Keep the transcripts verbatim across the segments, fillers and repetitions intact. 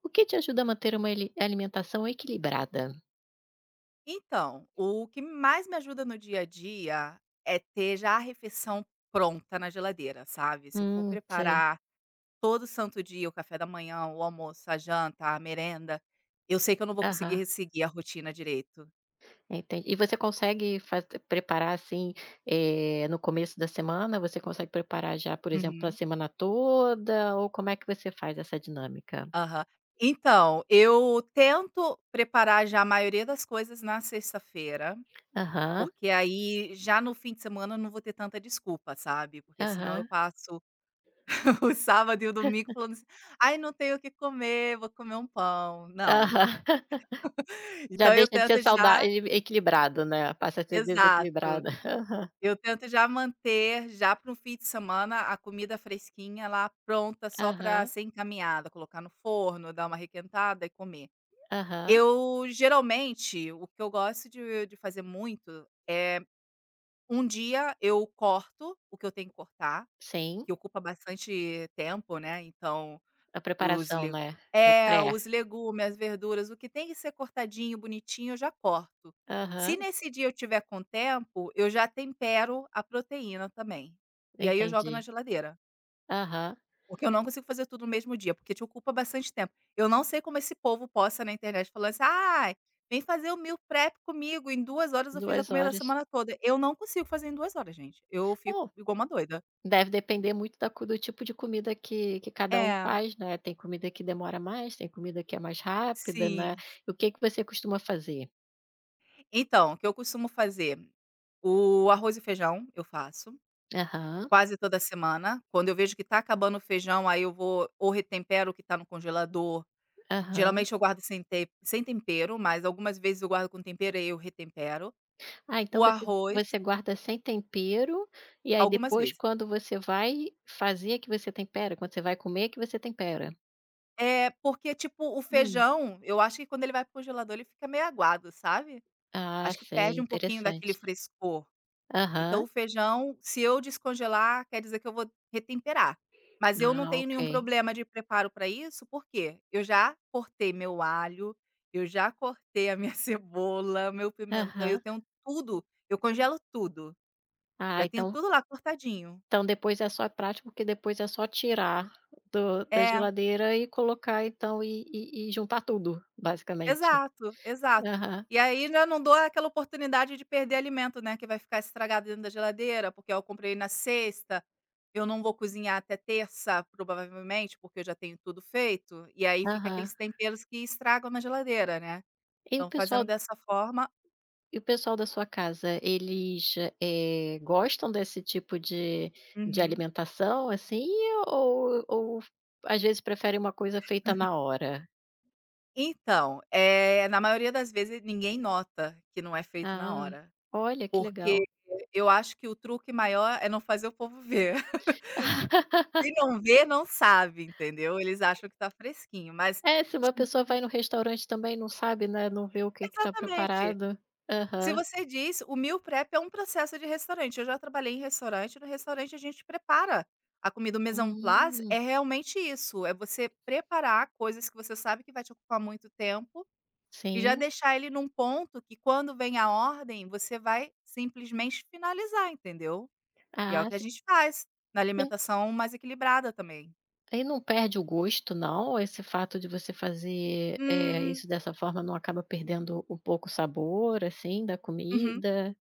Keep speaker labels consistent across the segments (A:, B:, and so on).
A: O que te ajuda a manter uma eli alimentação equilibrada?
B: Então, o que mais me ajuda no dia a dia é ter já a refeição pronta na geladeira, sabe? Se eu for
A: Hum, sei.
B: preparar todo santo dia o café da manhã, o almoço, a janta, a merenda, eu sei que eu não vou
A: Aham,
B: conseguir seguir a rotina direito.
A: entendi. E você consegue faz preparar, assim, eh, no começo da semana, você consegue preparar já, por exemplo, a
B: Uhum.
A: semana toda ou como é que você faz essa dinâmica?
B: Aham. Então, eu tento preparar já a maioria das coisas na sexta-feira,
A: Aham,
B: porque aí já no fim de semana eu não vou ter tanta desculpa, sabe? Porque senão eu
A: aham,
B: passo o sábado e o domingo falando assim: "Ai, não tenho o que comer, vou comer um pão", não.
A: aham. Já
B: Então eu
A: deixa de ser
B: tento já
A: saudável, equilibrado, né, passa a ser
B: Exato.
A: desequilibrado.
B: Eu tento já manter, já para um fim de semana, a comida fresquinha lá, pronta, só para
A: Aham,
B: ser encaminhada, colocar no forno, dar uma requentada e comer.
A: aham,
B: Eu, geralmente, o que eu gosto de de fazer muito é, um dia eu corto o que eu tenho que cortar,
A: sim,
B: que ocupa bastante tempo, né, então
A: a
B: Os
A: preparação,
B: le
A: né, o
B: é,
A: pré.
B: os legumes, as verduras, o que tem que ser cortadinho, bonitinho, eu já corto. Se
A: Aham,
B: nesse dia eu tiver com tempo, eu já tempero a proteína também. E aí eu jogo na
A: entendi.
B: geladeira,
A: Aham,
B: porque eu não consigo fazer tudo no mesmo dia, porque te ocupa bastante tempo. Eu não sei como esse povo posta na internet falando assim: "Ai, vem fazer o meal prep comigo, em duas horas eu fiz a
A: duas
B: comida da
A: horas.
B: semana toda". Eu não consigo fazer em duas horas, gente. Eu fico
A: Bom,
B: igual uma doida.
A: deve depender muito da co do tipo de comida que que cada um
B: É,
A: faz, né. Tem comida que demora mais, tem comida que é mais rápida, né.
B: sim.
A: O que que você costuma fazer?
B: Então, o que eu costumo fazer? O arroz e feijão eu faço
A: Aham,
B: quase toda semana. Quando eu vejo que tá acabando o feijão, aí eu vou ou retempero o que tá no congelador.
A: aham.
B: Geralmente eu guardo sem te sem tempero, mas algumas vezes eu guardo com tempero e eu retempero.
A: Ah, então
B: O
A: você
B: arroz,
A: você guarda sem tempero, e aí
B: algumas
A: depois
B: vezes.
A: quando você vai fazer é que você tempera? Quando você vai comer é que você tempera?
B: É, porque tipo o
A: Hum.
B: feijão, eu acho que quando ele vai para o congelador ele fica meio aguado, sabe.
A: Ah,
B: Acho que
A: sei,
B: perde um pouquinho daquele
A: interessante.
B: frescor. Então
A: Aham.
B: o feijão, se eu descongelar, quer dizer que eu vou retemperar. Mas eu não
A: Ah,
B: tenho
A: ok.
B: nenhum problema de preparo para isso, porque eu já cortei meu alho, eu já cortei a minha cebola, meu pimentão, eu
A: Aham.
B: tenho tudo, eu congelo tudo.
A: Ah,
B: Já tenho
A: então
B: tudo lá cortadinho.
A: então depois é só é prático porque depois é só tirar do da
B: É.
A: geladeira e colocar então e e e juntar tudo, basicamente.
B: Exato, exato.
A: Aham,
B: E aí já não dou aquela oportunidade de perder alimento, né, que vai ficar estragado dentro da geladeira, porque eu comprei na sexta, eu não vou cozinhar até terça, provavelmente, porque eu já tenho tudo feito, e aí fica
A: aham.
B: aqueles temperos que estragam na geladeira, né.
A: E o
B: Então
A: pessoal
B: fazendo dessa forma
A: e o pessoal da sua casa, eles, eh, gostam desse tipo de de
B: Uhum.
A: alimentação, assim, ou ou às vezes preferem uma coisa feita na hora?
B: Então, eh, na maioria das vezes ninguém nota que não é feito na
A: Ah,
B: hora,
A: olha que legal.
B: porque eu acho que o truque maior é não fazer o povo ver. Se não vê, não sabe, entendeu. Eles acham que está fresquinho, mas
A: É, se uma
B: ti
A: pessoa vai no restaurante também não sabe, né, não vê o que que tá
B: exatamente.
A: preparado.
B: Se
A: Aham.
B: você diz o meal prep é um processo de restaurante, eu já trabalhei em restaurante, no restaurante a gente prepara a comida, o mise en place
A: Hum.
B: é realmente isso, é você preparar coisas que você sabe que vai te ocupar muito tempo, e já
A: Sim.
B: deixar ele num ponto que quando vem a ordem, você vai simplesmente finalizar, entendeu. E é o
A: Ah,
B: que a
A: si
B: gente faz, na
A: e
B: alimentação mais equilibrada também.
A: e não perde o gosto não? Esse fato de você fazer, eh,
B: Hum,
A: isso dessa forma não acaba perdendo um pouco o sabor, assim, da
B: uhum.
A: comida?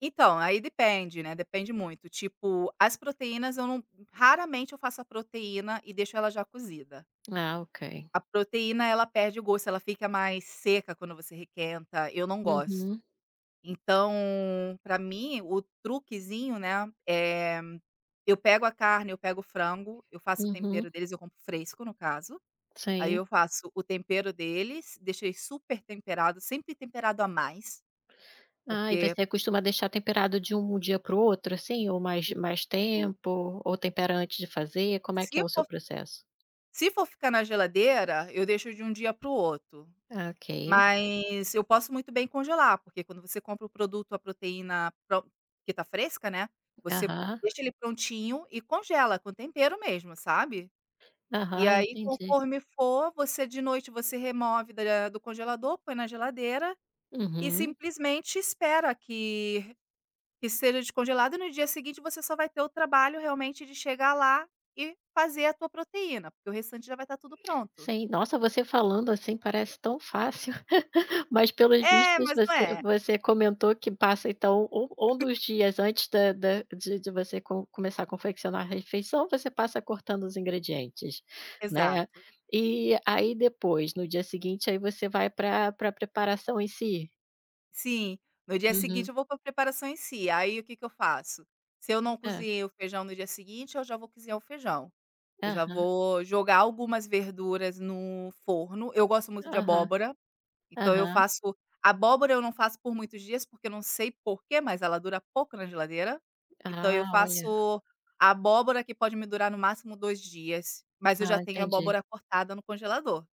B: Então, aí depende, né, depende muito. Tipo, as proteínas eu não, raramente eu faço a proteína e deixo ela já cozida.
A: Ah, ok.
B: A proteína ela perde o gosto, ela fica mais seca quando você requenta, eu não gosto.
A: Uhum,
B: Então, pra mim o truquezinho, né, é eu pego a carne, eu pego o frango, eu faço o
A: uhum,
B: tempero deles, eu compro fresco no caso, aí
A: sim.
B: eu faço o tempero deles, deixei super temperado, sempre temperado a mais,
A: Ah, e
B: porque
A: você costuma deixar temperado de um dia para o outro, assim, ou mais mais
B: tu-
A: tempo, ou tempera antes de fazer? Como é que
B: se
A: é o seu
B: for
A: processo?
B: se for ficar na geladeira, eu deixo de um dia para o outro,
A: Ah, ok.
B: mas eu posso muito bem congelar, porque quando você compra o produto, a proteína pro que tá fresca, né, você
A: Aham,
B: deixa ele prontinho e congela com tempero mesmo, sabe. E
A: aham,
B: aí
A: entendi.
B: conforme for, você de noite você remove da do congelador, põe na geladeira e
A: Uhum.
B: simplesmente espera que que seja descongelado e no dia seguinte você só vai ter o trabalho realmente de chegar lá e fazer a tua proteína, porque o restante já vai estar tudo pronto.
A: Sim, nossa, você falando assim parece tão fácil. Mas pelos
B: É,
A: vistos
B: mas não
A: você
B: é.
A: você comentou que passa então um um dos dias antes da da de de você co começar a confeccionar a refeição, você passa cortando os ingredientes, né.
B: Exato.
A: E aí depois, no dia seguinte, aí você vai para a preparação em si?
B: Sim, no dia seguinte
A: Uhum.
B: eu vou para preparação em si, aí o que que eu faço? Se eu não
A: Hã.
B: cozinhei o feijão no dia seguinte, eu já vou cozinhar o feijão. Eu já
A: Aham,
B: vou jogar algumas verduras no forno, eu gosto muito de
A: aham,
B: abóbora, então eu
A: aham.
B: faço abóbora eu não faço por muitos dias, porque eu não sei porquê, mas ela dura pouco na geladeira, então eu
A: Ah, olha.
B: faço abóbora que pode me durar no máximo dois dias, mas eu já
A: Ah,
B: tenho
A: entendi.
B: abóbora cortada no congelador.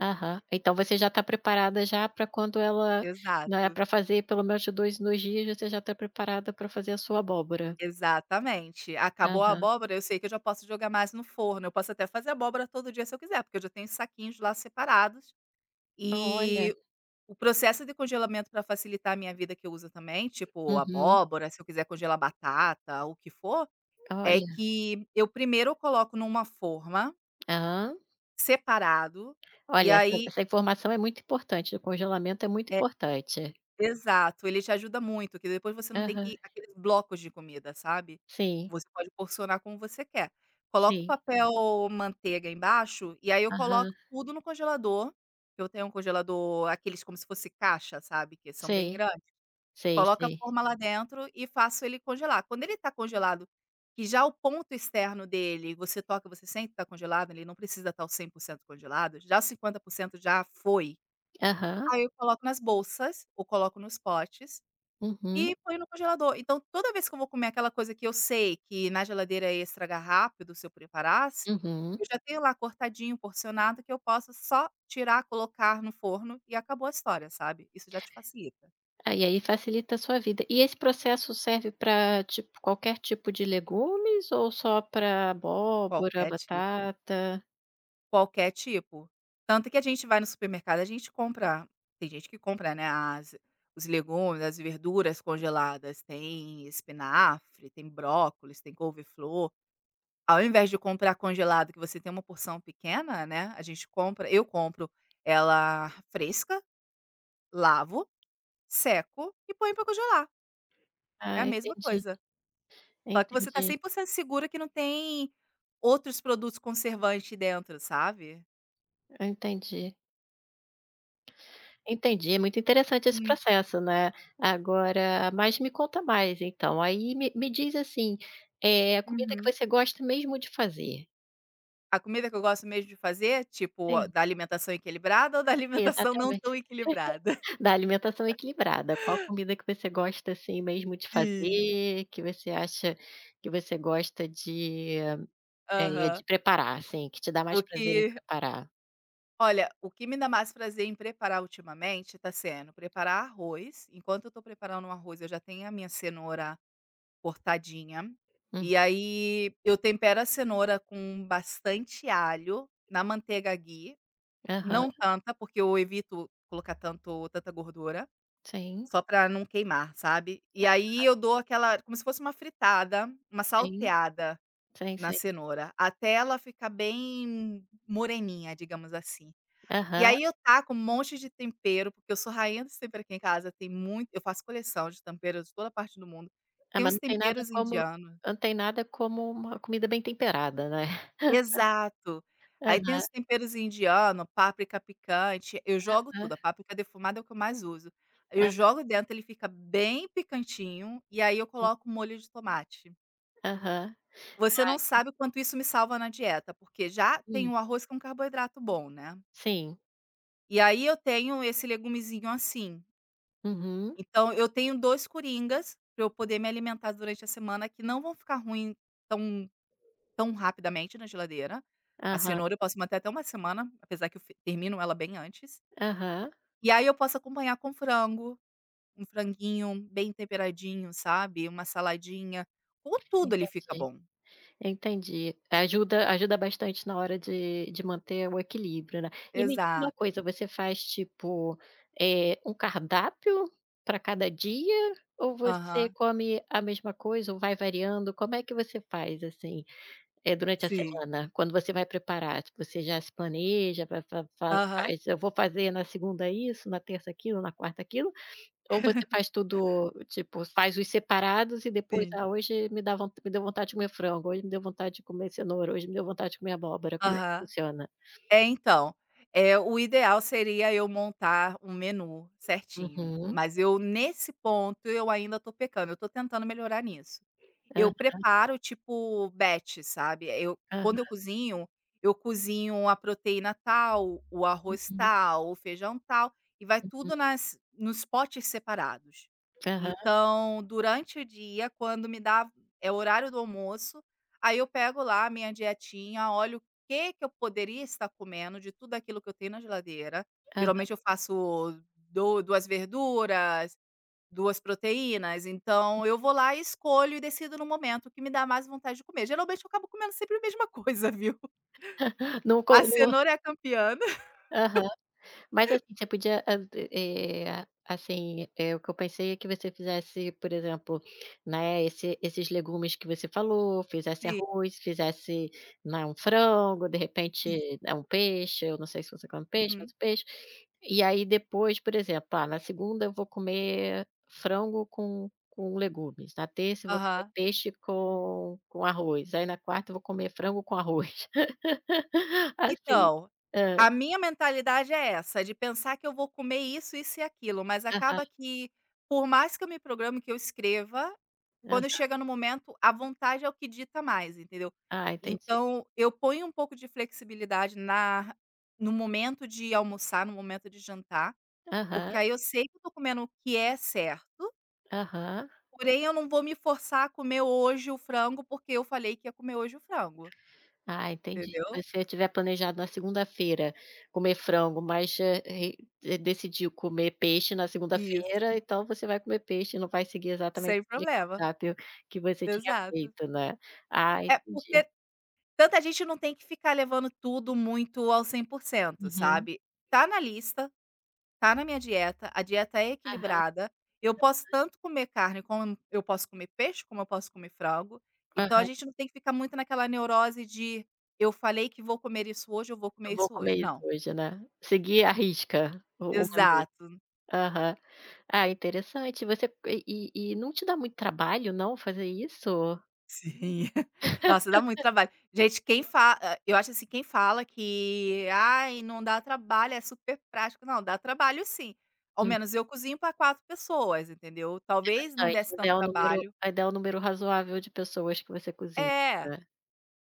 A: Aham. Então você já está preparada já para quando ela né,
B: Exato.
A: pra fazer pelo menos de dois em dias, você já está preparada para fazer a sua abóbora.
B: Exatamente. Acabou a
A: Aham.
B: abóbora, eu sei que eu já posso jogar mais no forno, eu posso até fazer abóbora todo dia se eu quiser, porque eu já tenho os saquinhos lá separados.
A: Olha,
B: E o processo de congelamento para facilitar a minha vida que eu uso também, tipo
A: uhum,
B: abóbora, se eu quiser congelar batata, o que for, é
A: olha,
B: que eu primeiro coloco numa forma
A: aham.
B: separado, e
A: Olha, essa
B: aí
A: essa informação é muito importante, o congelamento é muito
B: é,
A: importante.
B: exato, ele te ajuda muito, que depois você não tem
A: Aham,
B: que aqueles blocos de comida, sabe.
A: sim,
B: Você pode porcionar como você quer. Coloca o
A: sim,
B: papel manteiga embaixo, e aí eu coloco
A: aham,
B: tudo no congelador, eu tenho um congelador aqueles como se fosse caixa, sabe, que são bem
A: sei,
B: grandes.
A: sei,
B: Coloca a
A: sei.
B: forma lá dentro e faço ele congelar. Quando ele tá congelado, que já o ponto externo dele, você toca, você sente que tá congelado, ele não precisa estar o cem por cento congelado, já cinquenta por cento já foi.
A: Aham,
B: Aí eu coloco nas bolsas, ou coloco nos potes
A: uhum,
B: e põe no congelador. Então, toda vez que eu vou comer aquela coisa que eu sei que na geladeira ia estragar rápido se eu preparasse,
A: uhum.
B: eu já tenho lá cortadinho, porcionado, que eu posso só tirar, colocar no forno e acabou a história, sabe. Isso já te facilita.
A: Ah, e aí facilita a sua vida. E esse processo serve para tipo, qualquer tipo de legumes ou só para abóbora,
B: Qualquer tipo.
A: batata?
B: Qualquer tipo. Tanto que a gente vai no supermercado, a gente compra tem gente que compra, né, as os legumes, as verduras congeladas, tem espinafre, tem brócolis, tem couve-flor. Ao invés de comprar congelado, que você tem uma porção pequena, né, a gente compra eu compro ela fresca, lavo, seco e ponho para congelar. É a
A: Ah,
B: mesma
A: entendi,
B: coisa. Só que você tá
A: entendi,
B: cem por cento segura que não tem outros produtos conservantes dentro, sabe.
A: entendi. Entendi, é muito interessante esse
B: Hum,
A: processo, né. Agora, mas me conta mais então, aí me me diz assim, é a comida que
B: uhum.
A: você gosta mesmo de fazer?
B: A comida que eu gosto mesmo de fazer, tipo, a
A: Sim,
B: da alimentação equilibrada ou da alimentação não tão
A: exatamente,
B: equilibrada.
A: da alimentação equilibrada, qual a comida que você gosta, assim, mesmo de
B: Sim.
A: fazer, que você acha que você gosta de, é
B: Aham.
A: de preparar, assim, que te dá mais prazer em
B: Porque
A: preparar?
B: Olha, o que me dá mais prazer em preparar ultimamente está sendo preparar arroz. Enquanto eu estou preparando o arroz, eu já tenho a minha cenoura cortadinha.
A: Uhum.
B: E aí eu tempero a cenoura com bastante alho na manteiga ghee,
A: Aham.
B: não tanta, porque eu evito colocar tanto tanta gordura,
A: Sim,
B: só para não queimar, sabe? E aí eu dou aquela como se fosse uma fritada, uma
A: sim,
B: salteada
A: sim,
B: na
A: sim.
B: cenoura, até ela ficar bem moreninha, digamos assim. E
A: Aham.
B: aí eu taco um monte de tempero, porque eu sou rainha dos tempero aqui em casa, tem muito eu faço coleção de temperos de toda parte do mundo.
A: Ah,
B: Tem
A: mas
B: uns
A: não tem nada
B: temperos
A: como
B: indianos.
A: não tem nada como uma comida bem temperada, né.
B: Exato. Aí tem
A: Aham,
B: os temperos indianos páprica picante, eu jogo tudo,
A: hã,
B: a páprica defumada é o que eu mais uso. Eu
A: ah,
B: jogo dentro, ele fica bem picantinho, e aí eu
A: sim.
B: coloco um molho de tomate.
A: Aham.
B: Você não
A: Ai,
B: sabe o quanto isso me salva na dieta, porque já tem
A: hum,
B: o arroz que é um carboidrato bom, né.
A: sim.
B: E aí eu tenho esse legumezinho assim.
A: Uhum.
B: Então eu tenho dois coringas para eu poder me alimentar durante a semana, que não vão ficar ruim tão tão rapidamente na geladeira. A
A: Aham,
B: cenoura eu posso manter até uma semana, apesar que eu f termino ela bem antes.
A: aham.
B: E aí eu posso acompanhar com frango, um franguinho bem temperadinho, sabe, uma saladinha, com tudo ele fica
A: Entendi,
B: bom.
A: entendi. Ajuda ajuda bastante na hora de de manter o equilíbrio, né. E me diz uma
B: Exato.
A: coisa, você faz, tipo, eh, um cardápio para cada dia ou você
B: Aham.
A: come a mesma coisa ou vai variando? Como é que você faz, assim? É durante a
B: Sim.
A: semana, quando você vai preparar, tipo, você já se planeja, vai fa fa
B: Aham.
A: faz: "Eu vou fazer na segunda isso, na terça aquilo, na quarta aquilo", ou você faz tudo, tipo, faz os separados e depois:
B: Sim.
A: "Ah, hoje me dá von me deu vontade de comer frango, hoje me deu vontade de comer cenoura, hoje me deu vontade de comer abóbora", como é que
B: Aham.
A: funciona?
B: É, então, eh, o ideal seria eu montar um menu certinho,
A: Uhum.
B: mas eu nesse ponto eu ainda tô pecando, eu tô tentando melhorar nisso. Eu
A: Aham,
B: preparo tipo batch, sabe, eu
A: aham.
B: quando eu cozinho, eu cozinho a proteína tal, o arroz
A: Uhum,
B: tal, o feijão tal, e vai
A: uhum.
B: tudo nas nos potes separados.
A: Aham,
B: Então, durante o dia, quando me dá é o horário do almoço, aí eu pego lá a minha dietinha, olho que que eu poderia estar comendo de tudo aquilo que eu tenho na geladeira.
A: aham.
B: Geralmente eu faço do duas verduras, duas proteínas, então eu vou lá e escolho e decido no momento o que me dá mais vontade de comer. Geralmente eu acabo comendo sempre a mesma coisa, viu.
A: Não co
B: A
A: não,
B: cenoura é a campeã.
A: aham. Mas assim, você podia, hã, eh, eh, assim, eh, o que eu pensei é que você fizesse, por exemplo, né, esse esses legumes que você falou, fizesse
B: Sim,
A: arroz, fizesse, né, um frango, de
B: sim.
A: repente, né, um peixe, eu não sei se você come peixe,
B: Uhum.
A: mas peixe. E aí depois, por exemplo, ah, na segunda eu vou comer frango com com legumes, na terça eu vou comer
B: Aham.
A: peixe com com arroz, aí na quarta eu vou comer frango com arroz. Assim.
B: Então,
A: Hã.
B: a minha mentalidade é essa, de pensar que eu vou comer isso, isso e aquilo, mas
A: Aham,
B: acaba que, por mais que eu me programe, que eu escreva quando
A: aham.
B: chega no momento, a vontade é o que dita mais, entendeu.
A: Ah, entendi.
B: Então, eu ponho um pouco de flexibilidade na no momento de almoçar, no momento de jantar,
A: Aham,
B: porque aí eu sei que eu tô comendo o que é certo,
A: aham.
B: porém eu não vou me forçar a comer hoje o frango, porque eu falei que ia comer hoje o frango,
A: Ah, entendi.
B: entendeu.
A: Mas se você tiver planejado na segunda-feira comer frango, mas, eh, re de decidiu comer peixe na
B: Isso,
A: segunda-feira, então você vai comer peixe e não vai seguir exatamente
B: sem
A: aquele
B: problema.
A: cardápio que você tinha
B: Exato.
A: feito, né. Ah,
B: É,
A: entendi.
B: porque tanta gente não tem que ficar levando tudo muito ao cem por cento,
A: Uhum.
B: sabe. Tá na lista, tá na minha dieta, a dieta é
A: Aham,
B: equilibrada, eu posso tanto comer carne como eu posso comer peixe, como eu posso comer frango, então a
A: aham.
B: gente não tem que ficar muito naquela neurose de: "Eu falei que vou comer isso hoje, eu vou comer
A: "Eu vou
B: isso
A: comer
B: hoje",
A: isso
B: não.
A: hoje", né. Seguir a risca o o menu.
B: Exato,
A: Aham. Ah, interessante. Você e e e não te dá muito trabalho não fazer isso?
B: sim. Nossa, dá muito trabalho. Gente, quem fa ah, eu acho assim, quem fala que: "Ai, não dá trabalho, é super prático", não, dá trabalho sim. Ao menos eu cozinho para quatro pessoas, entendeu. Talvez não
A: Bastante,
B: desse
A: ainda
B: tanto
A: é um número
B: trabalho.
A: ainda é um número razoável de pessoas que você cozinha,
B: É.
A: né.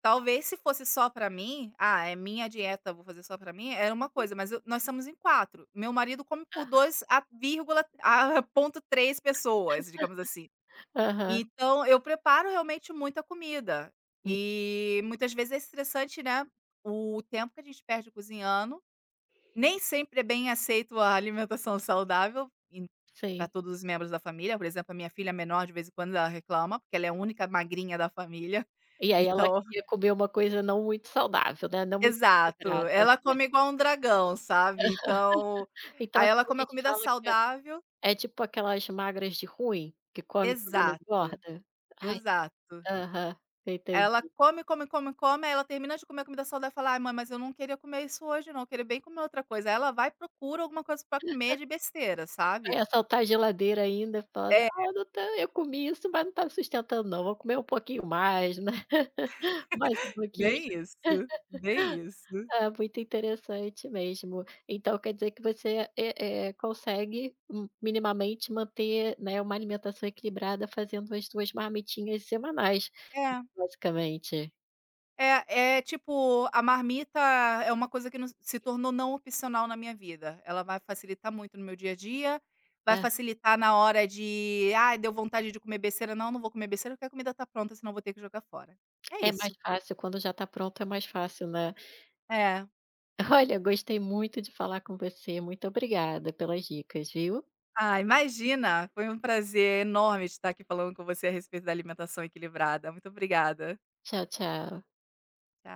B: Talvez se fosse só pra mim, "Ah, é minha dieta, vou fazer só pra mim", era uma coisa, mas eu nós somos em quatro. Meu marido come por dois a vírgula a ponto três pessoas, digamos assim.
A: Aham,
B: Então eu preparo realmente muita comida.
A: hum,
B: E muitas vezes é estressante, né, o tempo que a gente perde cozinhando. Nem sempre é bem aceito a alimentação saudável para
A: sim.
B: todos os membros da família. Por exemplo, a minha filha menor, de vez em quando, ela reclama, porque ela é a única magrinha da família.
A: E aí ela
B: Então
A: queria comer uma coisa não muito saudável, né, não muito
B: exato,
A: equilibrada.
B: ela come igual um dragão, sabe, então
A: Então
B: aí
A: é
B: ela
A: como a
B: come a
A: gente
B: comida
A: fala que é
B: saudável.
A: é tipo aquelas magras de ruim, que come tudo e não
B: Exato,
A: engorda. Ai,
B: exato.
A: aham, entendi.
B: Ela come, come, come, come, aí ela termina de comer a comida saudável e fala: "Ai mãe, mas eu não queria comer isso hoje não, eu queria bem comer outra coisa". Aí ela vai e procura alguma coisa pra comer de besteira, sabe.
A: Vai assaltar a geladeira ainda falando:
B: É,
A: "Ah, não tá eu comi isso, mas não tá me sustentando não, vou comer um pouquinho mais, né, mais um pouquinho".
B: bem isso, bem isso.
A: Ah, muito interessante mesmo. Então quer dizer que você, eh eh, consegue mi minimamente manter, né, uma alimentação equilibrada fazendo as duas marmitinhas semanais,
B: É.
A: basicamente.
B: É é tipo, a marmita é uma coisa que não se tornou não opcional na minha vida. Ela vai facilitar muito no meu dia a dia, vai
A: É,
B: facilitar na hora de: ah, deu vontade de comer besteira. Não, não vou comer besteira porque a comida tá pronta, senão vou ter que jogar fora". É
A: é mais
B: isso.
A: fácil, quando já está pronto é mais fácil, né.
B: É.
A: Olha, gostei muito de falar com você, muito obrigada pelas dicas, viu.
B: Ah, imagina, foi um prazer enorme estar aqui falando com você a respeito da alimentação equilibrada. Muito obrigada.
A: Tchau, tchau.
B: Tchau.